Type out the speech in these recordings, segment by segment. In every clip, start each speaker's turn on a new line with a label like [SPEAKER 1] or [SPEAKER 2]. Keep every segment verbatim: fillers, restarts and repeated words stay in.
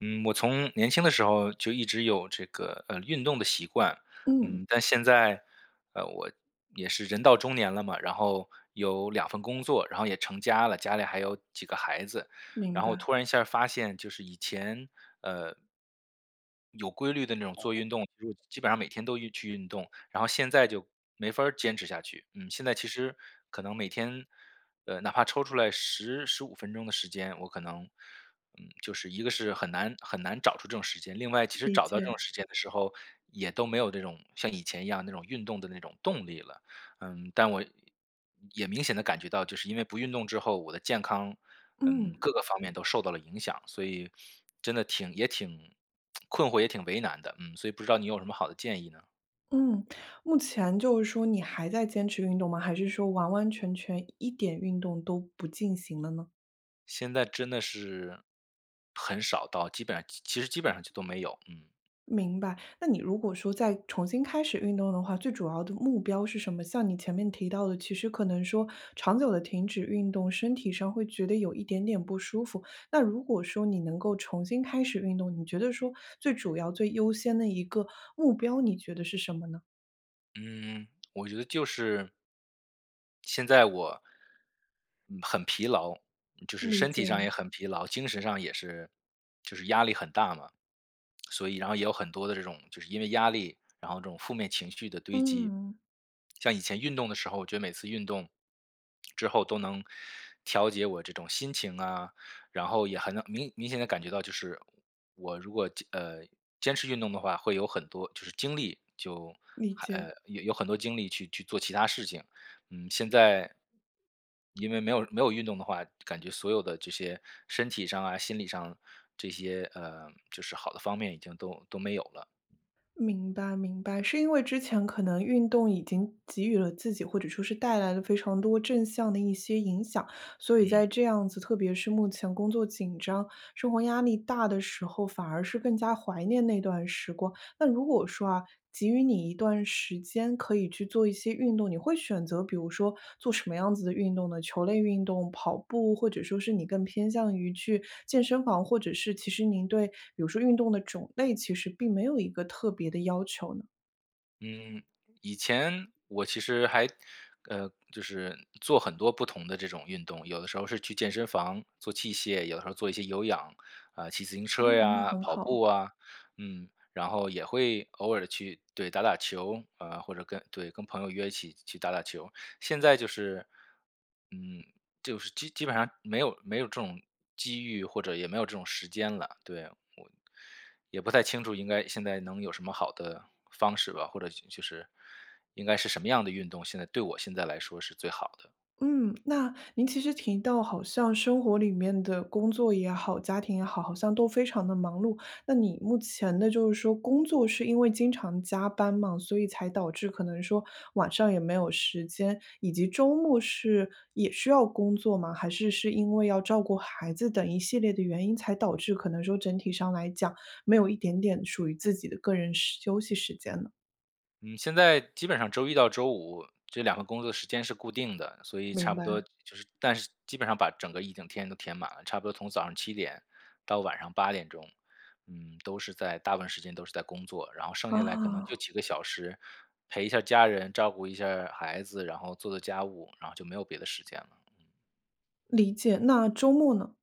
[SPEAKER 1] 嗯，我从年轻的时候就一直有这个，呃，运动的习惯。
[SPEAKER 2] 嗯，
[SPEAKER 1] 嗯，但现在，呃，我也是人到中年了嘛，然后有两份工作，然后也成家了，家里还有几个孩子。
[SPEAKER 2] 明
[SPEAKER 1] 然后
[SPEAKER 2] 白，
[SPEAKER 1] 我突然一下发现就是以前，呃有规律的那种做运动，其实我基本上每天都运去运动，然后现在就没法儿坚持下去。嗯，现在其实可能每天呃，哪怕抽出来十十五分钟的时间，我可能，嗯，就是一个是很难很难找出这种时间，另外其实
[SPEAKER 2] 理
[SPEAKER 1] 找到这
[SPEAKER 2] 解。
[SPEAKER 1] 种时间的时候，也都没有这种像以前一样那种运动的那种动力了。嗯，但我也明显的感觉到，就是因为不运动之后，我的健康，嗯，
[SPEAKER 2] 嗯，
[SPEAKER 1] 各个方面都受到了影响，所以真的挺也挺困惑，也挺为难的，嗯，所以不知道你有什么好的建议呢？
[SPEAKER 2] 嗯，目前就是说你还在坚持运动吗？还是说完完全全一点运动都不进行了呢？
[SPEAKER 1] 现在真的是很少到基本上其实基本上就都没有，嗯。
[SPEAKER 2] 明白。那你如果说再重新开始运动的话，最主要的目标是什么？像你前面提到的，其实可能说长久的停止运动，身体上会觉得有一点点不舒服。那如果说你能够重新开始运动，你觉得说最主要、最优先的一个目标，你觉得是什么呢？
[SPEAKER 1] 嗯，我觉得就是现在我，嗯很疲劳，就是
[SPEAKER 2] 理
[SPEAKER 1] 身体上
[SPEAKER 2] 解，
[SPEAKER 1] 也很疲劳，精神上也是，就是压力很大嘛。所以，然后也有很多的这种，就是因为压力，然后这种负面情绪的堆积。
[SPEAKER 2] 嗯，
[SPEAKER 1] 像以前运动的时候，我觉得每次运动之后都能调节我这种心情啊，然后也很能明明显的感觉到，就是我如果坚呃，坚持运动的话，会有很多就是精力就
[SPEAKER 2] 理
[SPEAKER 1] 还
[SPEAKER 2] 解。
[SPEAKER 1] 呃，有有很多精力去去做其他事情。嗯，现在因为没有没有运动的话，感觉所有的这些身体上啊、心理上这些，呃，就是好的方面已经都都没有了，
[SPEAKER 2] 明白，明白，是因为之前可能运动已经给予了自己，或者说是带来了非常多正向的一些影响，所以在
[SPEAKER 1] 嗯。
[SPEAKER 2] 这样子，特别是目前工作紧张、生活压力大的时候，反而是更加怀念那段时光。那如果说啊，给予你一段时间可以去做一些运动，你会选择比如说做什么样子的运动呢？球类运动、跑步，或者说是你更偏向于去健身房，或者是其实您对比如说运动的种类其实并没有一个特别的要求呢？
[SPEAKER 1] 嗯，以前我其实还，呃，就是做很多不同的这种运动，有的时候是去健身房做器械，有的时候做一些有氧，啊、骑自行车
[SPEAKER 2] 哦，那
[SPEAKER 1] 呀、
[SPEAKER 2] 很
[SPEAKER 1] 跑步
[SPEAKER 2] 好。
[SPEAKER 1] 啊，嗯，然后也会偶尔的去，对，打打球，啊、或者跟对跟朋友约一起去打打球。现在就是，嗯，就是基基本上没有没有这种机遇，或者也没有这种时间了。对，我，也不太清楚应该现在能有什么好的方式吧，或者就就是应该是什么样的运动，现在对我现在来说是最好的。
[SPEAKER 2] 嗯，那您其实提到好像生活里面的工作也好，家庭也好，好像都非常的忙碌。那你目前的就是说工作是因为经常加班嘛，所以才导致可能说晚上也没有时间，以及周末是也需要工作吗？还是是因为要照顾孩子等一系列的原因才导致可能说整体上来讲，没有一点点属于自己的个人时休息时间呢？
[SPEAKER 1] 嗯，现在基本上周一到周五这两个工作的时间是固定的，所以
[SPEAKER 2] 明
[SPEAKER 1] 差不多
[SPEAKER 2] 白。
[SPEAKER 1] 就是，但是基本上把整个一整天都填满了，差不多从早上七点到晚上八点钟，嗯，都是在大部分时间都是在工作，然后剩下来可能就
[SPEAKER 2] 啊，
[SPEAKER 1] 几个小时陪一下家人，照顾一下孩子，然后做做家务，然后就没有别的时间了。
[SPEAKER 2] 理解，那周末呢？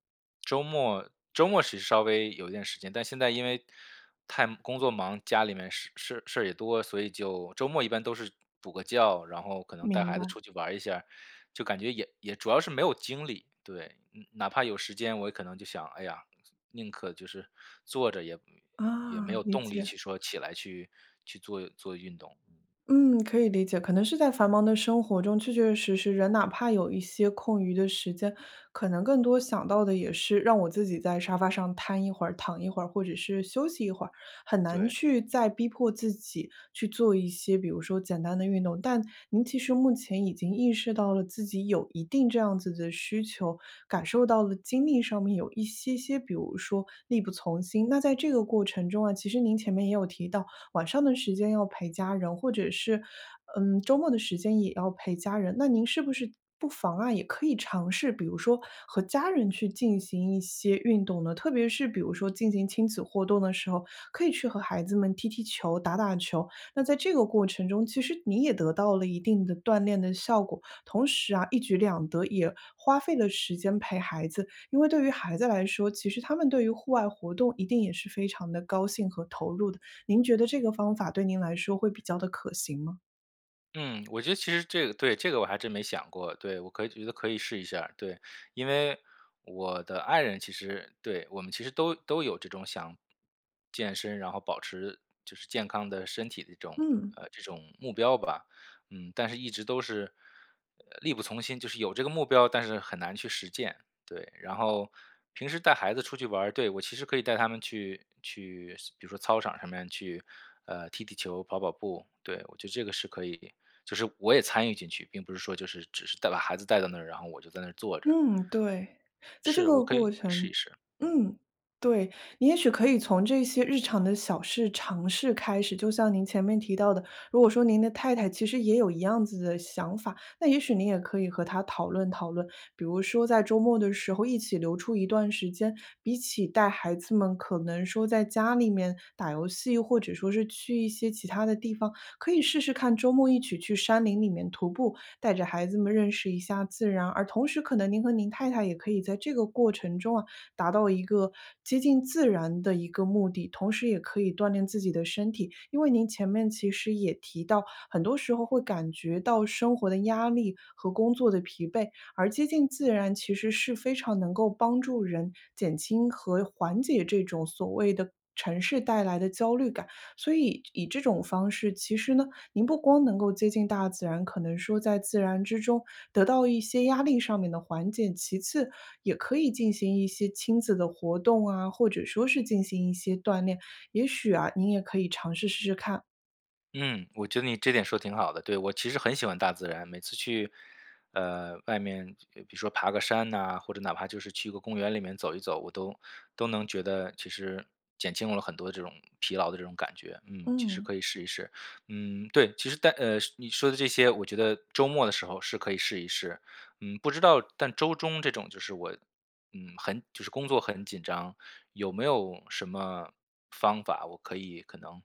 [SPEAKER 1] 周末周末是稍微有一点时间，但现在因为太工作忙，家里面事事事儿也多，所以就周末一般都是补个觉，然后可能带
[SPEAKER 2] 明
[SPEAKER 1] 孩
[SPEAKER 2] 白。
[SPEAKER 1] 子出去玩儿一下儿就感觉也也主要是没有精力。对，嗯哪怕有时间，我也可能就想，哎呀，宁可就是坐着也，也没
[SPEAKER 2] 啊，
[SPEAKER 1] 有
[SPEAKER 2] 理
[SPEAKER 1] 动力
[SPEAKER 2] 解。
[SPEAKER 1] 去说起来去去做做运动。嗯。
[SPEAKER 2] 嗯，可以理解，可能是在繁忙的生活中，确确实实人哪怕有一些空余的时间，可能更多想到的也是让我自己在沙发上瘫一会儿、躺一会儿，或者是休息一会儿，很难
[SPEAKER 1] 对，
[SPEAKER 2] 去再逼迫自己去做一些，比如说简单的运动。但您其实目前已经意识到了自己有一定这样子的需求，感受到了精力上面有一些些，比如说力不从心。那在这个过程中啊，其实您前面也有提到。晚上的时间要陪家人，或者是，嗯，周末的时间也要陪家人。那您是不是不妨啊，也可以尝试，比如说和家人去进行一些运动呢？特别是比如说进行亲子活动的时候，可以去和孩子们踢踢球、打打球。那在这个过程中，其实你也得到了一定的锻炼的效果，同时啊，一举两得，也花费了时间陪孩子。因为对于孩子来说，其实他们对于户外活动一定也是非常的高兴和投入的。您觉得这个方法对您来说会比较的可行吗？
[SPEAKER 1] 嗯，我觉得其实这个，对，这个我还真没想过，对，我可以觉得可以试一下儿，对。因为我的爱人其实，对，我们其实都都有这种想健身，然后保持就是健康的身体的这种，
[SPEAKER 2] 嗯，
[SPEAKER 1] 呃，这种目标吧。嗯，但是一直都是，呃，力不从心，就是有这个目标，但是很难去实践，对。然后平时带孩子出去玩儿，对，我其实可以带他们去去比如说操场上面去，呃，踢踢球、跑跑步，对，我觉得这个是可以就是我也参与进去，并不是说就是只是带把孩子带到那儿，然后我就在那儿坐着。
[SPEAKER 2] 嗯，对，在这
[SPEAKER 1] 是，我
[SPEAKER 2] 个
[SPEAKER 1] 可以
[SPEAKER 2] 过
[SPEAKER 1] 可以试
[SPEAKER 2] 程
[SPEAKER 1] 一试。嗯
[SPEAKER 2] 嗯，对，你也许可以从这些日常的小事尝试开始，就像您前面提到的，如果说您的太太其实也有一样子的想法，那也许您也可以和她讨论讨论，比如说在周末的时候一起留出一段时间，比起带孩子们可能说在家里面打游戏，或者说是去一些其他的地方，可以试试看周末一起去山林里面徒步，带着孩子们认识一下自然。而同时，可能您和您太太也可以在这个过程中啊，达到一个接近自然的一个目的，同时也可以锻炼自己的身体。因为您前面其实也提到，很多时候会感觉到生活的压力和工作的疲惫，而接近自然其实是非常能够帮助人减轻和缓解这种所谓的城市带来的焦虑感。所以以这种方式，其实呢，您不光能够接近大自然，可能说在自然之中得到一些压力上面的缓解，其次也可以进行一些亲子的活动啊，或者说是进行一些锻炼，也许啊，您也可以尝试试试看。
[SPEAKER 1] 嗯，我觉得你这点说挺好的。对，我其实很喜欢大自然，每次去，呃，外面呃比如说爬个山呐、或者哪怕就是去一个公园里面走一走，我都都能觉得其实减轻了很多这种疲劳的这种感觉。嗯，其实
[SPEAKER 2] 嗯。
[SPEAKER 1] 可以试一试。嗯，对，其实但呃你说的这些，我觉得周末的时候是可以试一试。嗯，不知道，但周中这种就是我，嗯，很就是工作很紧张，有没有什么方法我可以可能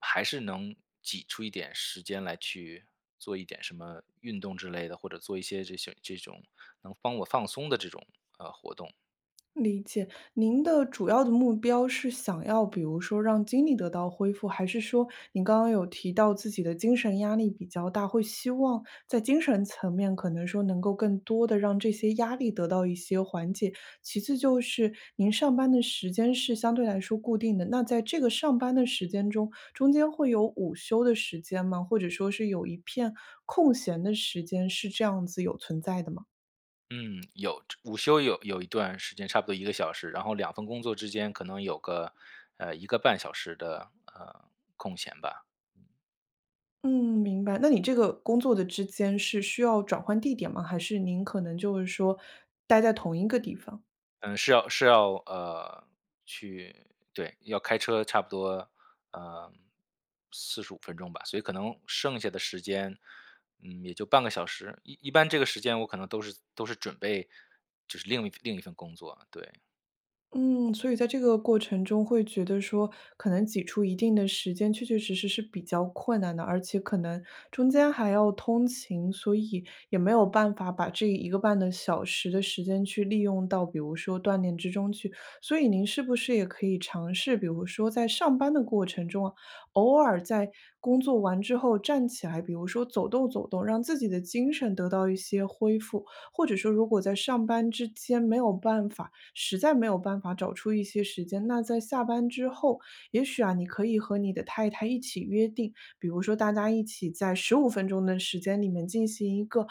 [SPEAKER 1] 还是能挤出一点时间来去做一点什么运动之类的，或者做一些这些这种能帮我放松的这种呃活动？
[SPEAKER 2] 理解，您的主要的目标是想要，比如说让精力得到恢复，还是说您刚刚有提到自己的精神压力比较大，会希望在精神层面可能说能够更多的让这些压力得到一些缓解。其次就是您上班的时间是相对来说固定的，那在这个上班的时间中，中间会有午休的时间吗？或者说是有一片空闲的时间，是这样子有存在的吗？
[SPEAKER 1] 嗯，有午休有有一段时间，差不多一个小时，然后两份工作之间可能有个呃一个半小时的呃空闲吧。
[SPEAKER 2] 嗯，明白。那你这个工作的之间是需要转换地点吗？还是您可能就是说待在同一个地方？
[SPEAKER 1] 嗯，是要是要，呃，去，对，要开车差不多，呃四十五分钟吧，所以可能剩下的时间，嗯，也就半个小时，一一般这个时间我可能都是都是准备就是另一另一份工作，对。
[SPEAKER 2] 嗯，所以在这个过程中会觉得说，可能挤出一定的时间，确确实实是比较困难的，而且可能中间还要通勤，所以也没有办法把这一个半的小时的时间去利用到，比如说锻炼之中去。所以您是不是也可以尝试，比如说在上班的过程中啊，偶尔在工作完之后站起来，比如说走动走动，让自己的精神得到一些恢复，或者说如果在上班之间没有办法。实在没有办法找出一些时间，那在下班之后，也许啊，你可以和你的太太一起约定，比如说大家一起在十五分钟的时间里面进行一个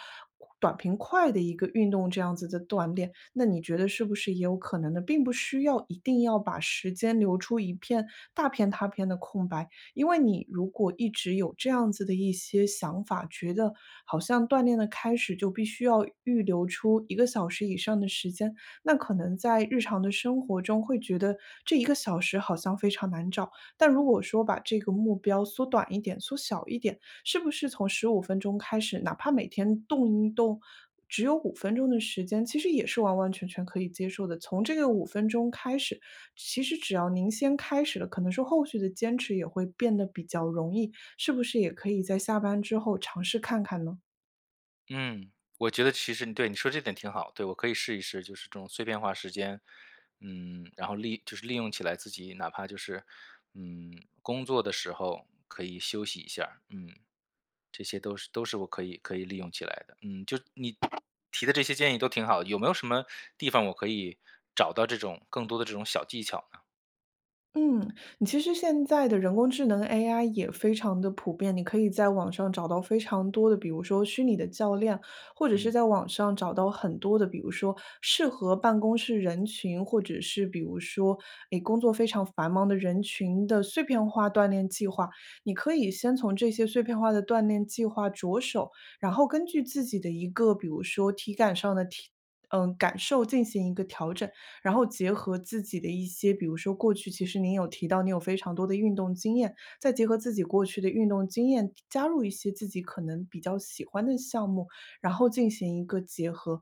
[SPEAKER 2] 短平快的一个运动这样子的锻炼，那你觉得是不是也有可能呢？并不需要一定要把时间留出一片大片大片的空白，因为你如果一直有这样子的一些想法，觉得好像锻炼的开始就必须要预留出一个小时以上的时间，那可能在日常的生活中会觉得这一个小时好像非常难找，但如果说把这个目标缩短一点、缩小一点，是不是从十五分钟开始，哪怕每天动一动，只有五分钟的时间，其实也是完完全全可以接受的。从这个五分钟开始，其实只要您先开始了，可能说后续的坚持也会变得比较容易，是不是也可以在下班之后尝试看看呢？
[SPEAKER 1] 嗯，我觉得其实你，对，你说这点挺好，对，我可以试一试，就是这种碎片化时间，嗯，然后利就是利用起来自己哪怕就是，嗯，工作的时候可以休息一下儿，嗯。这些都是都是我可以可以利用起来的。嗯，就你提的这些建议都挺好，有没有什么地方我可以找到这种更多的这种小技巧呢？
[SPEAKER 2] 嗯，你其实现在的人工智能 A I 也非常的普遍，你可以在网上找到非常多的，比如说虚拟的教练，或者是
[SPEAKER 1] 嗯。
[SPEAKER 2] 在网上找到很多的，比如说适合办公室人群，或者是比如说诶工作非常繁忙的人群的碎片化锻炼计划。你可以先从这些碎片化的锻炼计划着手，然后根据自己的一个，比如说体感上的体。嗯，感受进行一个调整，然后结合自己的一些，比如说过去其实您有提到，你有非常多的运动经验，再结合自己过去的运动经验，加入一些自己可能比较喜欢的项目，然后进行一个结合，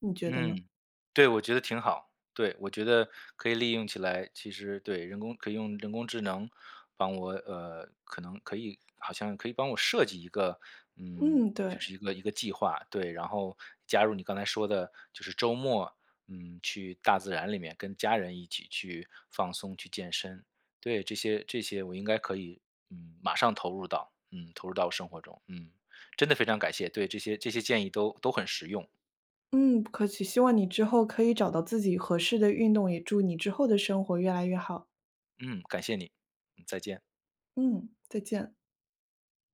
[SPEAKER 2] 你觉得呢？
[SPEAKER 1] 嗯，对，我觉得挺好。对，我觉得可以利用起来，其实对，人工可以用人工智能帮我，呃，可能可以，好像可以帮我设计一个，嗯，
[SPEAKER 2] 嗯，
[SPEAKER 1] 就
[SPEAKER 2] 对，
[SPEAKER 1] 是一个一个计划，对，然后加入你刚才说的，就是周末，嗯，去大自然里面跟家人一起去放松、去健身，对，这些这些我应该可以，嗯，马上投入到，嗯，投入到我生活中，嗯，真的非常感谢，对，这些这些建议都都很实用。
[SPEAKER 2] 嗯，不客气。希望你之后可以找到自己合适的运动，也祝你之后的生活越来越好。
[SPEAKER 1] 嗯，感谢你，嗯，再见。
[SPEAKER 2] 嗯，再见。